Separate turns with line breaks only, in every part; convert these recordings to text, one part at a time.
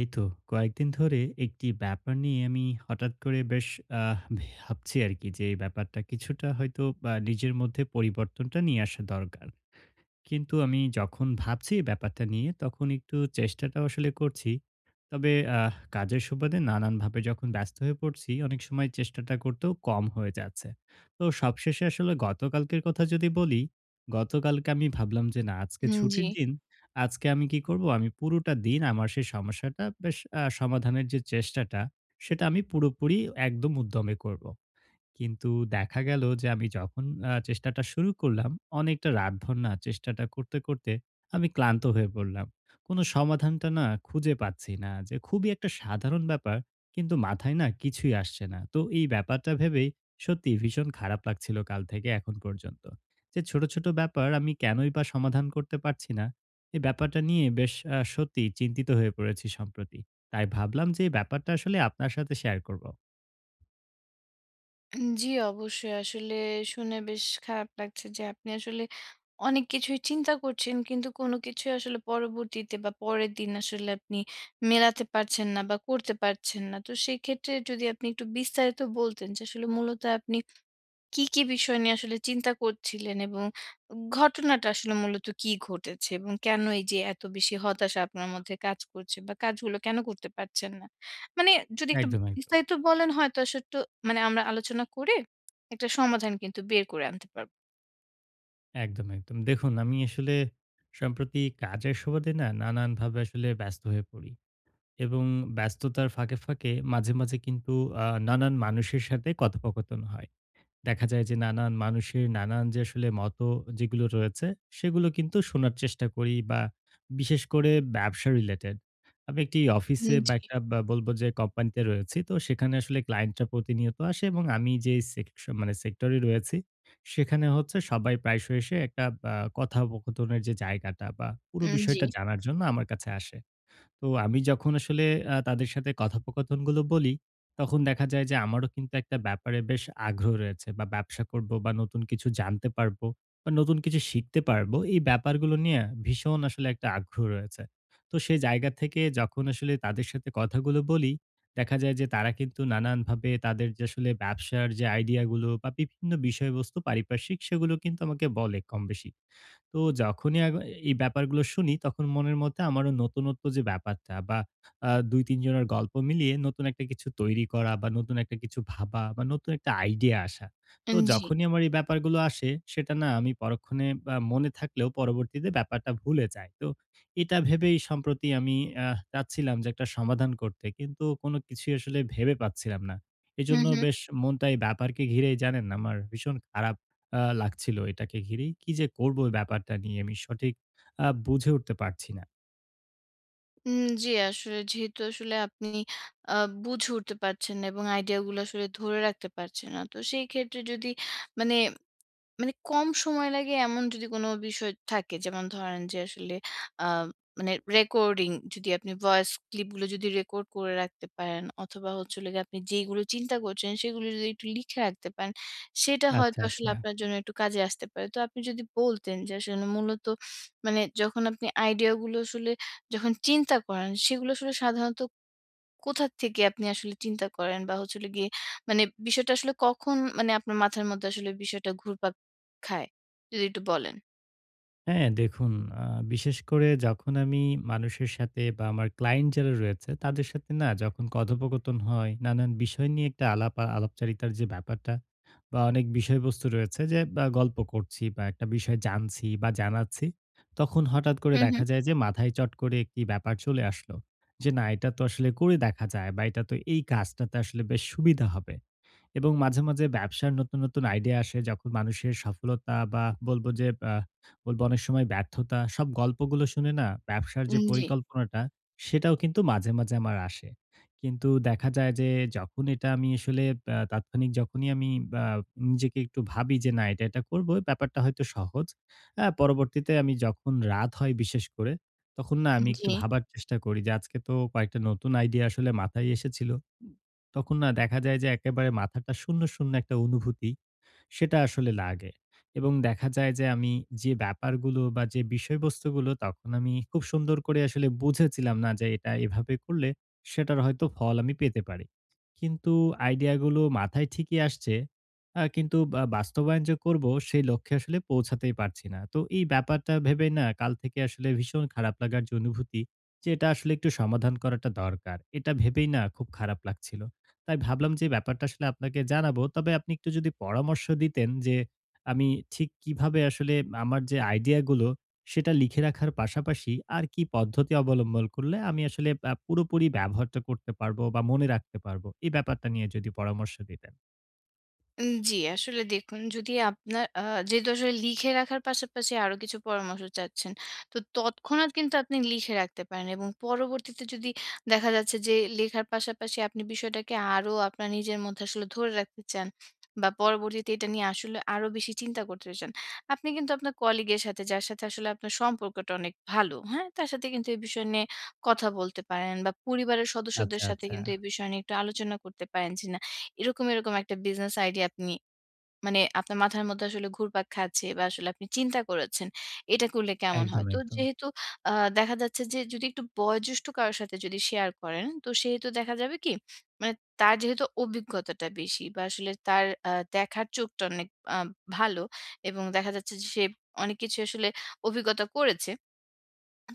এই তো কয়েকদিন ধরে একটি ব্যাপার নিয়ে আমি হঠাৎ করে বেশ আহ, ভাবছি আর কি যে এই ব্যাপারটা কিছুটা হয়তো নিজের মধ্যে পরিবর্তনটা নিয়ে আসা দরকার। কিন্তু আমি যখন ভাবছি ব্যাপারটা নিয়ে তখন একটু চেষ্টাটাও আসলে করছি। তবে কাজের সুবাদে নানানভাবে যখন ব্যস্ত হয়ে পড়ছি, অনেক সময় চেষ্টাটা করতেও কম হয়ে যাচ্ছে। তো সবশেষে আসলে গতকালকের কথা যদি বলি, গতকালকে আমি ভাবলাম যে না, আজকে
জি।
ছুটির দিন। আজকে আমি কি করব? আমি পুরোটা দিন আমার সেই সমস্যাটা বেশ সমাধানের যে চেষ্টাটা, সেটা আমি পুরোপুরি একদম উদ্যমে করব। কিন্তু দেখা গেল যে আমি যখন চেষ্টাটা শুরু করলাম, অনেকটা রাতভর না চেষ্টাটা করতে, করতে আমি ক্লান্ত হয়ে পড়লাম। কোন সমাধানটা না খুঁজে পাচ্ছি না। যে খুবই একটা সাধারণ ব্যাপার, কিন্তু মাথায় না কিছুই আসছে না। তো এই ব্যাপারটা ভেবেই সত্যি ভীষণ খারাপ লাগছিল কাল থেকে এখন পর্যন্ত। যে ছোট, ছোট ব্যাপার আমি কেনই বা সমাধান করতে পারছি না। এই ব্যাপারটা নিয়ে বেশ সত্যিই চিন্তিত হয়ে পড়েছি সম্প্রতি। তাই ভাবলাম যে এই ব্যাপারটা আসলে আপনার সাথে শেয়ার করব।
জি, অবশ্যই। আসলে শুনে বেশ খারাপ লাগছে যে আপনি আসলে অনেক কিছুই চিন্তা করছেন। কিন্তু কোনো কিছুই আসলে পরবর্তীতে বা পরের দিন আসলে আপনি মেলাতে পারছেন না বা করতে পারছেন না। তো সেক্ষেত্রে যদি আপনি একটু বিস্তারিত বলতেন যে আসলে মূলত আপনি কী, কী বিষয় নিয়ে আসলে চিন্তা করছিলেন? এবং ঘটনাটা আসলে মূলত কী ঘটেছে? এবং কেন এই যে এত বেশি হতাশা আপনার মধ্যে কাজ করছে বা কাজগুলো কেন করতে পারছেন না? মানে, যদি একটু
একদম, একদম।
বিস্তারিত বলেন, হয়তো আসলে একটু মানে আমরা আলোচনা করে একটা সমাধান কিন্তু বের করে আনতে পারব।
একদম, একদম। দেখুন আমি আসলে সম্প্রতি কাজের সুবাদে না নানানভাবে আসলে ব্যস্ত হয়ে পড়ি। এবং ব্যস্ততার ফাঁকে, ফাঁকে মাঝে, মাঝে কিন্তু নানান মানুষের সাথে কথোপকথন হয়। দেখা যায় যে নানান মানুষের নানান যে আসলে মত যেগুলো রয়েছে সেগুলো কিন্তু শোনার চেষ্টা করি, বা বিশেষ করে ব্যবসা রিলেটেড। আমি একটি অফিসে বা
জি,
একটা বা বলব যে কোম্পানিতে রয়েছি। তো সেখানে আসলে ক্লায়েন্টরা প্রতিনিয়ত আসে এবং আমি যেই সেকশন মানে সেক্টরে রয়েছি সেখানে হচ্ছে সবাই প্রায়শই এসে একটা কথোপকথনের যে জায়গাটা বা পুরো
জি,
বিষয়টা জানার জন্য আমার কাছে আসে। তো আমি যখন আসলে তাদের সাথে কথোপকথনগুলো বলি, তখন দেখা যায় যে আমারও কিন্তু একটা ব্যাপারে বেশ আগ্রহ রয়েছে, বা ব্যবসা করব, বা নতুন কিছু জানতে পারবো, বা নতুন কিছু শিখতে পারবো। এই ব্যাপারগুলো নিয়ে ভীষণ আসলে একটা আগ্রহ রয়েছে। তো সে জায়গা থেকে যখন আসলে তাদের সাথে কথাগুলো বলি, দেখা যায় যে তারা কিন্তু নানানভাবে তাদের যে আসলে ব্যবসার যে আইডিয়াগুলো বা বিভিন্ন বিষয়বস্তু পারিপার্শ্বিক, সেগুলো কিন্তু আমাকে বলে কম বেশি। তো যখনই এই ব্যাপারগুলো শুনি, তখন মনের মধ্যে আমারও নতুনত্ব যে ব্যাপারটা, বা ২-৩ জনের গল্প মিলিয়ে নতুন একটা কিছু তৈরি করা, বা নতুন একটা কিছু ভাবা, বা নতুন একটা আইডিয়া আসা। তো
জি।
যখনই আমার এই ব্যাপারগুলো আসে সেটা না আমি পরক্ষণে মনে থাকলেও পরবর্তীতে ব্যাপারটা ভুলে যাই। তো এটা ভেবেই সম্প্রতি আমি চাচ্ছিলাম যে একটা সমাধান করতে। কিন্তু কোনো কিছুই আসলে ভেবে পাচ্ছিলাম না।
হুম,
এজন্য
হুম।
বেশ মনটা এই ব্যাপারকে ঘিরেই জানেন আমার ভীষণ খারাপ লাগছিল এটাকে ঘিরেই। কি যে করব এই ব্যাপারটা নিয়ে আমি সঠিক বুঝে উঠতে পারছি না।
জি, আসলে যেহেতু আসলে আপনি আ বুঝে উঠতে পারছেন না এবং আইডিয়া গুলো আসলে ধরে রাখতে পারছেন না। তো সেই ক্ষেত্রে যদি, মানে, কম সময় লাগে এমন যদি কোনো বিষয় থাকে, যেমন ধরেন যে আসলে আ মানে রেকর্ডিং, যদি আপনি ভয়েস ক্লিপ গুলো যদি রেকর্ড করে রাখতে পারেন অথবা হচ্ছে হলো গিয়ে আপনি যেইগুলো চিন্তা করছেন সেগুলো যদি একটু লিখে রাখতে পারেন, সেটা হয়তো
আচ্ছা,
আসলে
আচ্ছা।
আপনার জন্য একটু কাজে আসতে পারে। তো আপনি যদি বলতেন যে আসলে মূলত, মানে, যখন আপনি আইডিয়া গুলো আসলে যখন চিন্তা করেন সেগুলো আসলে সাধারণত কোথা থেকে আপনি আসলে চিন্তা করেন? বা হচ্ছে হলো গিয়ে, মানে, বিষয়টা আসলে কখন, মানে, আপনার মাথার মধ্যে আসলে বিষয়টা ঘুরপাক খায়? যদি একটু বলেন।
হ্যাঁ, দেখুন আ বিশেষ করে যখন আমি মানুষের সাথে বা আমার ক্লায়েন্ট যারা রয়েছে তাদের সাথে না যখন কথোপকথন হয়, নানান বিষয় নিয়ে একটা আলাপ আলাপচারিতার যে ব্যাপারটা, বা অনেক বিষয়বস্তু রয়েছে যে, বা গল্প করছি, বা একটা বিষয় জানছি বা জানাচ্ছি, তখন হঠাৎ করে
হুম, হুম।
দেখা যায় যে মাথায় চট করে একটি ব্যাপার চলে আসলো। যে না, এটা তো আসলে করে দেখা যায়, বা এটা তো এই কাজটাতে আসলে বেশ সুবিধা হবে। এবং মাঝে, মাঝে ব্যবসার নতুন, নতুন আইডিয়া আসে যখন মানুষের সফলতা, বা বলব যে আ বলব অনেক সময় ব্যর্থতা, সব গল্পগুলো শুনে না ব্যবসার যে
জি,
পরিকল্পনাটা, সেটাও কিন্তু মাঝে, মাঝে আমার আসে। কিন্তু দেখা যায় যে যখন এটা আমি আসলে তাৎক্ষণিক যখনই আমি আ নিজেকে একটু ভাবি যে না এটা করব, ব্যাপারটা হয়তো সহজ। পরবর্তীতে আমি যখন রাত হয় বিশেষ করে, তখন না আমি
জি।
একটু ভাবার চেষ্টা করি যে আজকে তো কয়েকটা নতুন আইডিয়া আসলে মাথায় এসেছিল। তখন না দেখা যায় যে একেবারে মাথাটা শূন্য, শূন্য একটা অনুভূতি, সেটা আসলে লাগে। এবং দেখা যায় যে আমি যে ব্যাপারগুলো বা যে বিষয়বস্তুগুলো তখন আমি খুব সুন্দর করে আসলে বুঝেছিলাম, না যে এটা এভাবে করলে সেটার হয়তো ফল আমি পেতে পারি। কিন্তু আইডিয়াগুলো মাথায় ঠিকই আসছে। কিন্তু বা বাস্তবায়ন যে করব সেই লক্ষ্যে আসলে পৌঁছাতেই পারছি না। তো এই ব্যাপারটা ভেবে না কাল থেকে আসলে ভীষণ খারাপ লাগার যে অনুভূতি, যে এটা আসলে একটু সমাধান করাটা দরকার। এটা ভেবেই না খুব খারাপ লাগছিল। তাই ভাবলাম যে ব্যাপারটা আসলে আপনাকে জানাবো। তবে আপনি একটু যদি পরামর্শ দিতেন যে আমি ঠিক কিভাবে আসলে আমার যে আইডিয়া গুলো সেটা লিখে রাখার পাশাপাশি আর কি পদ্ধতি অবলম্বন করলে আমি আসলে পুরোপুরি ব্যবহারটা করতে পারবো বা মনে রাখতে পারবো। এই ব্যাপারটা নিয়ে যদি পরামর্শ দিতেন।
জি, আসলে দেখুন, যদি আপনার যেহেতু আসলে লিখে রাখার পাশাপাশি আরো কিছু পরামর্শ চাচ্ছেন, তো তৎক্ষণাৎ কিন্তু আপনি লিখে রাখতে পারেন এবং পরবর্তীতে যদি দেখা যাচ্ছে যে লেখার পাশাপাশি আপনি বিষয়টাকে আরো আপনার নিজের মধ্যে আসলে ধরে রাখতে চান বা পরবর্তীতে এটা নিয়ে আসলে আরো বেশি চিন্তা করতে চান। আপনি কিন্তু আপনার কলিগের সাথে, যার সাথে আসলে আপনার সম্পর্কটা অনেক ভালো, হ্যাঁ? তার সাথে কিন্তু এই বিষয় নিয়ে কথা বলতে পারেন বা পরিবারের সদস্যদের
আচ্ছা,
সাথে
আচ্ছা।
কিন্তু এই বিষয় নিয়ে একটু আলোচনা করতে পারেন যে এরকম, এরকম একটা বিজনেস আইডিয়া আপনি, মানে, আপনার মাথার মধ্যে আসলে ঘুরপাক খাচ্ছে বা আসলে আপনি চিন্তা করেছেন, এটা করলে কেমন
একদম,
হয়? তো
একদম।
যেহেতু আ দেখা যাচ্ছে যে যদি একটু বয়োজ্যেষ্ঠ কারো সাথে যদি শেয়ার করেন, তো সেহেতু দেখা যাবে কি, মানে, তার যেহেতু অভিজ্ঞতাটা বেশি বা আসলে তার দেখার চোখটা অনেক আ ভালো এবং দেখা যাচ্ছে যে সে অনেক কিছু আসলে অভিজ্ঞতা করেছে।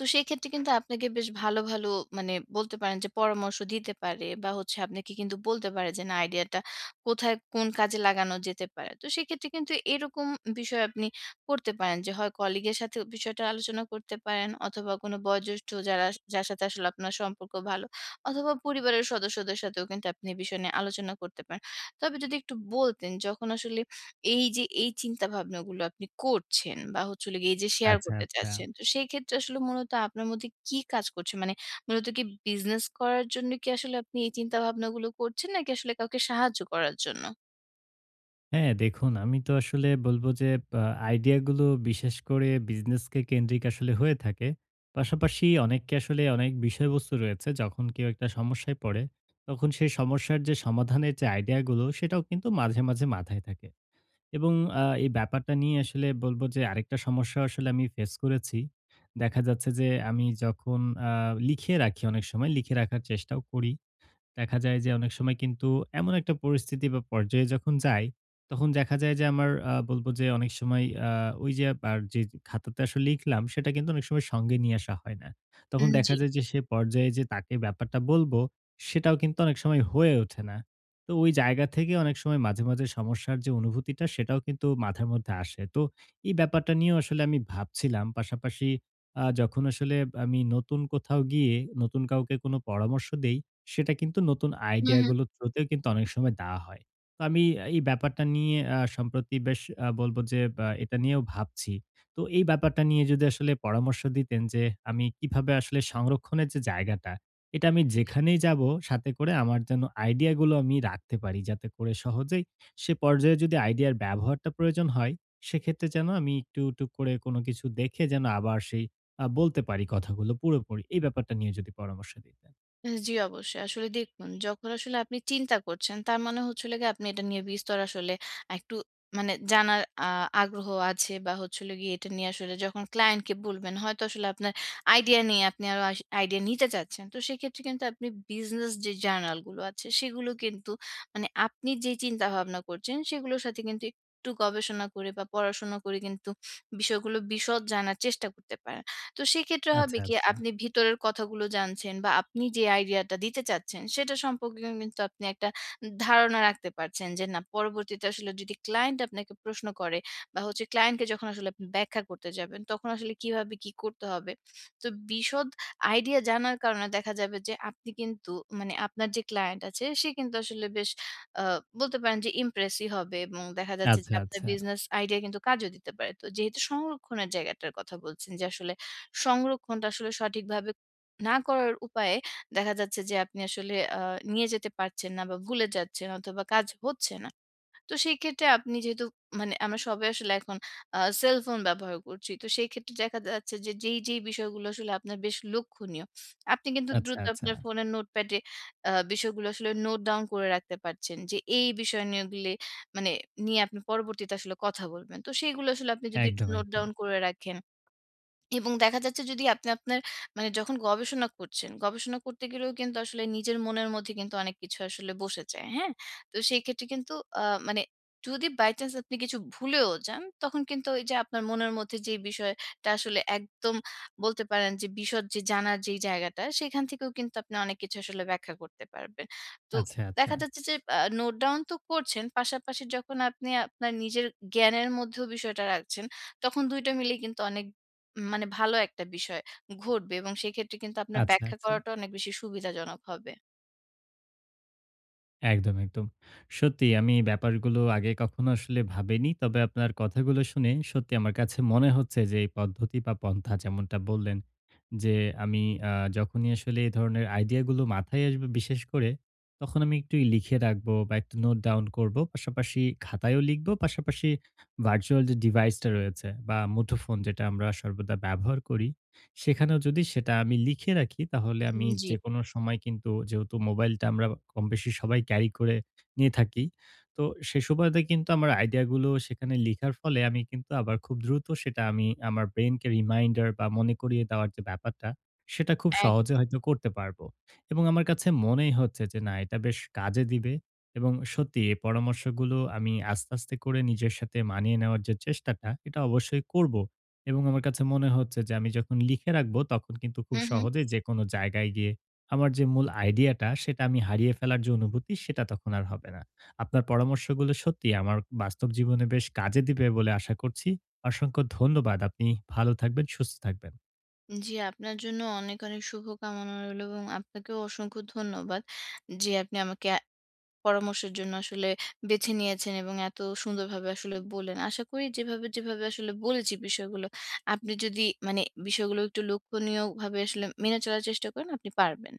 তো সেক্ষেত্রে কিন্তু আপনাকে বেশ ভালো, ভালো, মানে, বলতে পারেন যে পরামর্শ দিতে পারে বা হচ্ছে আপনাকে কিন্তু বলতে পারে যে না, আইডিয়াটা কোথায় কোন কাজে লাগানো যেতে পারে। তো সেক্ষেত্রে কিন্তু এরকম বিষয় আপনি করতে পারেন যে হয় কলিগের সাথে বিষয়টা আলোচনা করতে পারেন অথবা কোনো বয়োজ্যেষ্ঠ যারা, যার সাথে আসলে আপনার সম্পর্ক ভালো, অথবা পরিবারের সদস্যদের সাথেও কিন্তু আপনি এ বিষয় নিয়ে আলোচনা করতে পারেন। তবে যদি একটু বলতেন, যখন আসলে এই যে এই চিন্তা ভাবনাগুলো আপনি করছেন বা হচ্ছে হলো গিয়ে এই যে শেয়ার
আচ্ছা,
করতে
আচ্ছা,
চাচ্ছেন, তো সেই ক্ষেত্রে আসলে মূলত আপনার মধ্যে কি কাজ করছে? মানে, মূলত কি বিজনেস করার জন্য কি আসলে আপনি এই চিন্তা ভাবনাগুলো করছেন নাকি আসলে কাউকে সাহায্য করার জন্য?
হ্যাঁ, দেখুন আমি তো আসলে বলব যে আ আইডিয়া গুলো বিশেষ করে বিজনেসকে কেন্দ্রিক আসলে হয়ে থাকে। পাশাপাশি অনেককে আসলে অনেক বিষয়বস্তু রয়েছে। যখন কেউ একটা সমস্যায় পড়ে, তখন সেই সমস্যার যে সমাধানের যে আইডিয়া গুলো, সেটাও কিন্তু মাঝে, মাঝে মাথায় থাকে। এবং এই ব্যাপারটা নিয়ে আসলে বলব যে আরেকটা সমস্যা আসলে আমি ফেস করেছি। দেখা যাচ্ছে যে আমি যখন আ লিখে রাখি, অনেক সময় লিখে রাখার চেষ্টাও করি। দেখা যায় যে অনেক সময় কিন্তু এমন একটা পরিস্থিতি বা পর্যায়ে যখন যাই, তখন দেখা যায় যে আমার বলব যে অনেক সময় আ ওই যে আর যে খাতাতে আসলে লিখলাম সেটা কিন্তু অনেক সময় সঙ্গে নিয়ে আসা হয় না। তখন দেখা
জি।
যায় যে সে পর্যায়ে যে তাকে ব্যাপারটা বলবো, সেটাও কিন্তু অনেক সময় হয়ে ওঠে না। তো ওই জায়গা থেকে অনেক সময় মাঝে, মাঝে সমস্যার যে অনুভূতিটা, সেটাও কিন্তু মাথার মধ্যে আসে। তো এই ব্যাপারটা নিয়েও আসলে আমি ভাবছিলাম। পাশাপাশি যখন আসলে আমি নতুন কোথাও গিয়ে নতুন কাউকে কোনো পরামর্শ দেই, সেটা কিন্তু নতুন
হু,
আইডিয়া
হু।
গুলো থ্রুতেও কিন্তু অনেক সময় দেওয়া হয়। তো আমি এই ব্যাপারটা নিয়ে সম্প্রতি বেশ বলব যে বা এটা নিয়েও ভাবছি। তো এই ব্যাপারটা নিয়ে যদি আসলে পরামর্শ দিতেন যে আমি কিভাবে আসলে সংরক্ষণের যে জায়গাটা, এটা আমি
জি।
যেখানেই যাবো সাথে করে আমার যেন আইডিয়া গুলো আমি রাখতে পারি। যাতে করে সহজেই সে পর্যায়ে যদি আইডিয়ার ব্যবহারটা প্রয়োজন হয়, সেক্ষেত্রে যেন আমি একটু, একটু করে কোনো কিছু দেখে যেন আবার সেই বলতে পারি কথাগুলো পুরোপুরি। এই ব্যাপারটা নিয়ে যদি পরামর্শ দিতেন।
জি, অবশ্যই। আসলে দেখুন, যখন আসলে আপনি চিন্তা করছেন, তার মানে হচ্ছে হলো গিয়ে আপনি এটা নিয়ে বিস্তর আসলে একটু, মানে, জানার আগ্রহ আছে, বা হচ্ছে হলো গিয়ে এটা নিয়ে আসলে যখন ক্লায়েন্টকে বলবেন, হয়তো আসলে আপনার আইডিয়া নিয়ে আপনি আরো আইডিয়া নিতে চাচ্ছেন। তো সেক্ষেত্রে কিন্তু আপনি বিজনেস যে জার্নাল গুলো আছে, সেগুলো কিন্তু, মানে, আপনি যে চিন্তাভাবনা করছেন, সেগুলোর সাথে কিন্তু একটু গবেষণা করে বা পড়াশোনা করে কিন্তু বিষয়গুলো বিশদ জানার চেষ্টা করতে পারেন। তো সেক্ষেত্রে হবে
আচ্ছা,
কি,
আচ্ছা।
আপনি ভিতরের কথাগুলো জানছেন বা আপনি যে আইডিয়াটা দিতে চাচ্ছেন সেটা সম্পর্কে কিন্তু আপনি একটা ধারণা রাখতে পারছেন যে না, পরবর্তীতে আসলে যদি ক্লায়েন্ট আপনাকে প্রশ্ন করে বা হচ্ছে ক্লায়েন্টকে যখন আসলে আপনি ব্যাখ্যা করতে যাবেন, তখন আসলে কিভাবে কি করতে হবে। তো বিশদ আইডিয়া জানার কারণে দেখা যাবে যে আপনি কিন্তু, মানে, আপনার যে ক্লায়েন্ট আছে সে কিন্তু আসলে বেশ বলতে পারেন যে ইমপ্রেসই হবে এবং দেখা যাচ্ছে যে
আচ্ছা,
আপনার
আচ্ছা,
বিজনেস আইডিয়া কিন্তু কাজও দিতে পারে। তো যেহেতু সংরক্ষণের জায়গাটার কথা বলছেন যে আসলে সংরক্ষণটা আসলে সঠিকভাবে না করার উপায়ে দেখা যাচ্ছে যে আপনি আসলে নিয়ে যেতে পারছেন না বা ভুলে যাচ্ছেন অথবা কাজ হচ্ছে না। তো সেই ক্ষেত্রে আপনি যেহেতু, মানে, আমরা সবাই আসলে এখন সেলফোন ব্যবহার করছি। তো সেই ক্ষেত্রে দেখা যাচ্ছে যে যেই, যেই বিষয়গুলো আসলে আপনার বেশ লক্ষণীয়, আপনি কিন্তু
আচ্ছা,
দ্রুত
আচ্ছা।
আপনার ফোনের নোটপ্যাডে বিষয়গুলো আসলে নোট ডাউন করে রাখতে পারছেন যে এই বিষয় নিয়েগুলি, মানে, নিয়ে আপনি পরবর্তীতে আসলে কথা বলবেন। তো সেইগুলো আসলে আপনি যদি একটু
একদম,
নোট
একদম।
ডাউন করে রাখেন এবং দেখা যাচ্ছে, যদি আপনি আপনার, মানে, যখন গবেষণা করছেন, গবেষণা করতে গেলেও কিন্তু আসলে নিজের মনের মধ্যে কিন্তু অনেক কিছু আসলে বসে যায়, হ্যাঁ? তো সেই ক্ষেত্রে কিন্তু আ মানে যদি বাই চান্স আপনি কিছু ভুলেও যান, তখন কিন্তু ওই যে আপনার মনের মধ্যে যে বিষয়টা আসলে একদম, বলতে পারেন যে বিশদ যে জানার যেই জায়গাটা, সেখান থেকেও কিন্তু আপনি অনেক কিছু আসলে ব্যাখ্যা করতে পারবেন। তো
আচ্ছা, আচ্ছা,
দেখা যাচ্ছে যে নোট ডাউন তো করছেন, পাশাপাশি যখন আপনি আপনার নিজের জ্ঞানের মধ্যেও বিষয়টা রাখছেন, তখন ২ টা মিলে কিন্তু অনেক, মানে, ভালো একটা বিষয় ঘটবে এবং সেক্ষেত্রে কিন্তু আপনার
আচ্ছা,
ব্যাখ্যা
আচ্ছা।
করাটা অনেক বেশি সুবিধাজনক হবে।
একদম, একদম। সত্যি আমি ব্যাপারগুলো আগে কখনো আসলে ভাবিনি। তবে আপনার কথাগুলো শুনে সত্যি আমার কাছে মনে হচ্ছে যে এই পদ্ধতি বা পন্থা যেমনটা বললেন, যে আমি আ যখনই আসলে এই ধরনের আইডিয়াগুলো মাথায় আসবে বিশেষ করে, তখন আমি একটু লিখে রাখবো বা একটু নোট ডাউন করব। পাশাপাশি খাতায়ও লিখব, পাশাপাশি ভার্চুয়াল যে ডিভাইসটা রয়েছে বা মুঠোফোন যেটা আমরা সর্বদা ব্যবহার করি, সেখানেও যদি সেটা আমি লিখে রাখি, তাহলে আমি
জি।
যেকোনো সময় কিন্তু, যেহেতু মোবাইলটা আমরা কমবেশি সবাই ক্যারি করে নিয়ে থাকি। তো সে সুবাদে কিন্তু আমার আইডিয়াগুলো সেখানে লিখার ফলে আমি কিন্তু আবার খুব দ্রুত সেটা আমি আমার ব্রেইনকে রিমাইন্ডার বা মনে করিয়ে দেওয়ার যে ব্যাপারটা, সেটা খুব সহজে
একদম।
হয়তো করতে পারবো। এবং আমার কাছে মনেই হচ্ছে যে না, এটা বেশ কাজে দিবে, এবং সত্যি এই পরামর্শগুলো আমি আস্তে, আস্তে করে নিজের সাথে মানিয়ে নেওয়ার যে চেষ্টাটা, এটা অবশ্যই করবো। এবং আমার কাছে মনে হচ্ছে যে আমি যখন লিখে রাখবো তখন কিন্তু খুব
হুম, হুম।
সহজে যেকোনো জায়গায় গিয়ে আমার যে মূল আইডিয়াটা সেটা আমি হারিয়ে ফেলার যে অনুভূতি, সেটা তখন আর হবে না। আপনার পরামর্শগুলো সত্যি আমার বাস্তব জীবনে বেশ কাজে দিবে বলে আশা করছি। অসংখ্য ধন্যবাদ। আপনি ভালো থাকবেন, সুস্থ থাকবেন।
জি, আপনার জন্য অনেক, অনেক শুভকামনা রইলো এবং আপনাকেও অসংখ্য ধন্যবাদ যে আপনি আমাকে পরামর্শের জন্য আসলে বেছে নিয়েছেন এবং এত সুন্দরভাবে আসলে বললেন। আশা করি, যেভাবে, যেভাবে আসলে বলেছি বিষয়গুলো, আপনি যদি, মানে, বিষয়গুলো একটু লক্ষণীয়ভাবে আসলে মেনে চলার চেষ্টা করেন, আপনি পারবেন।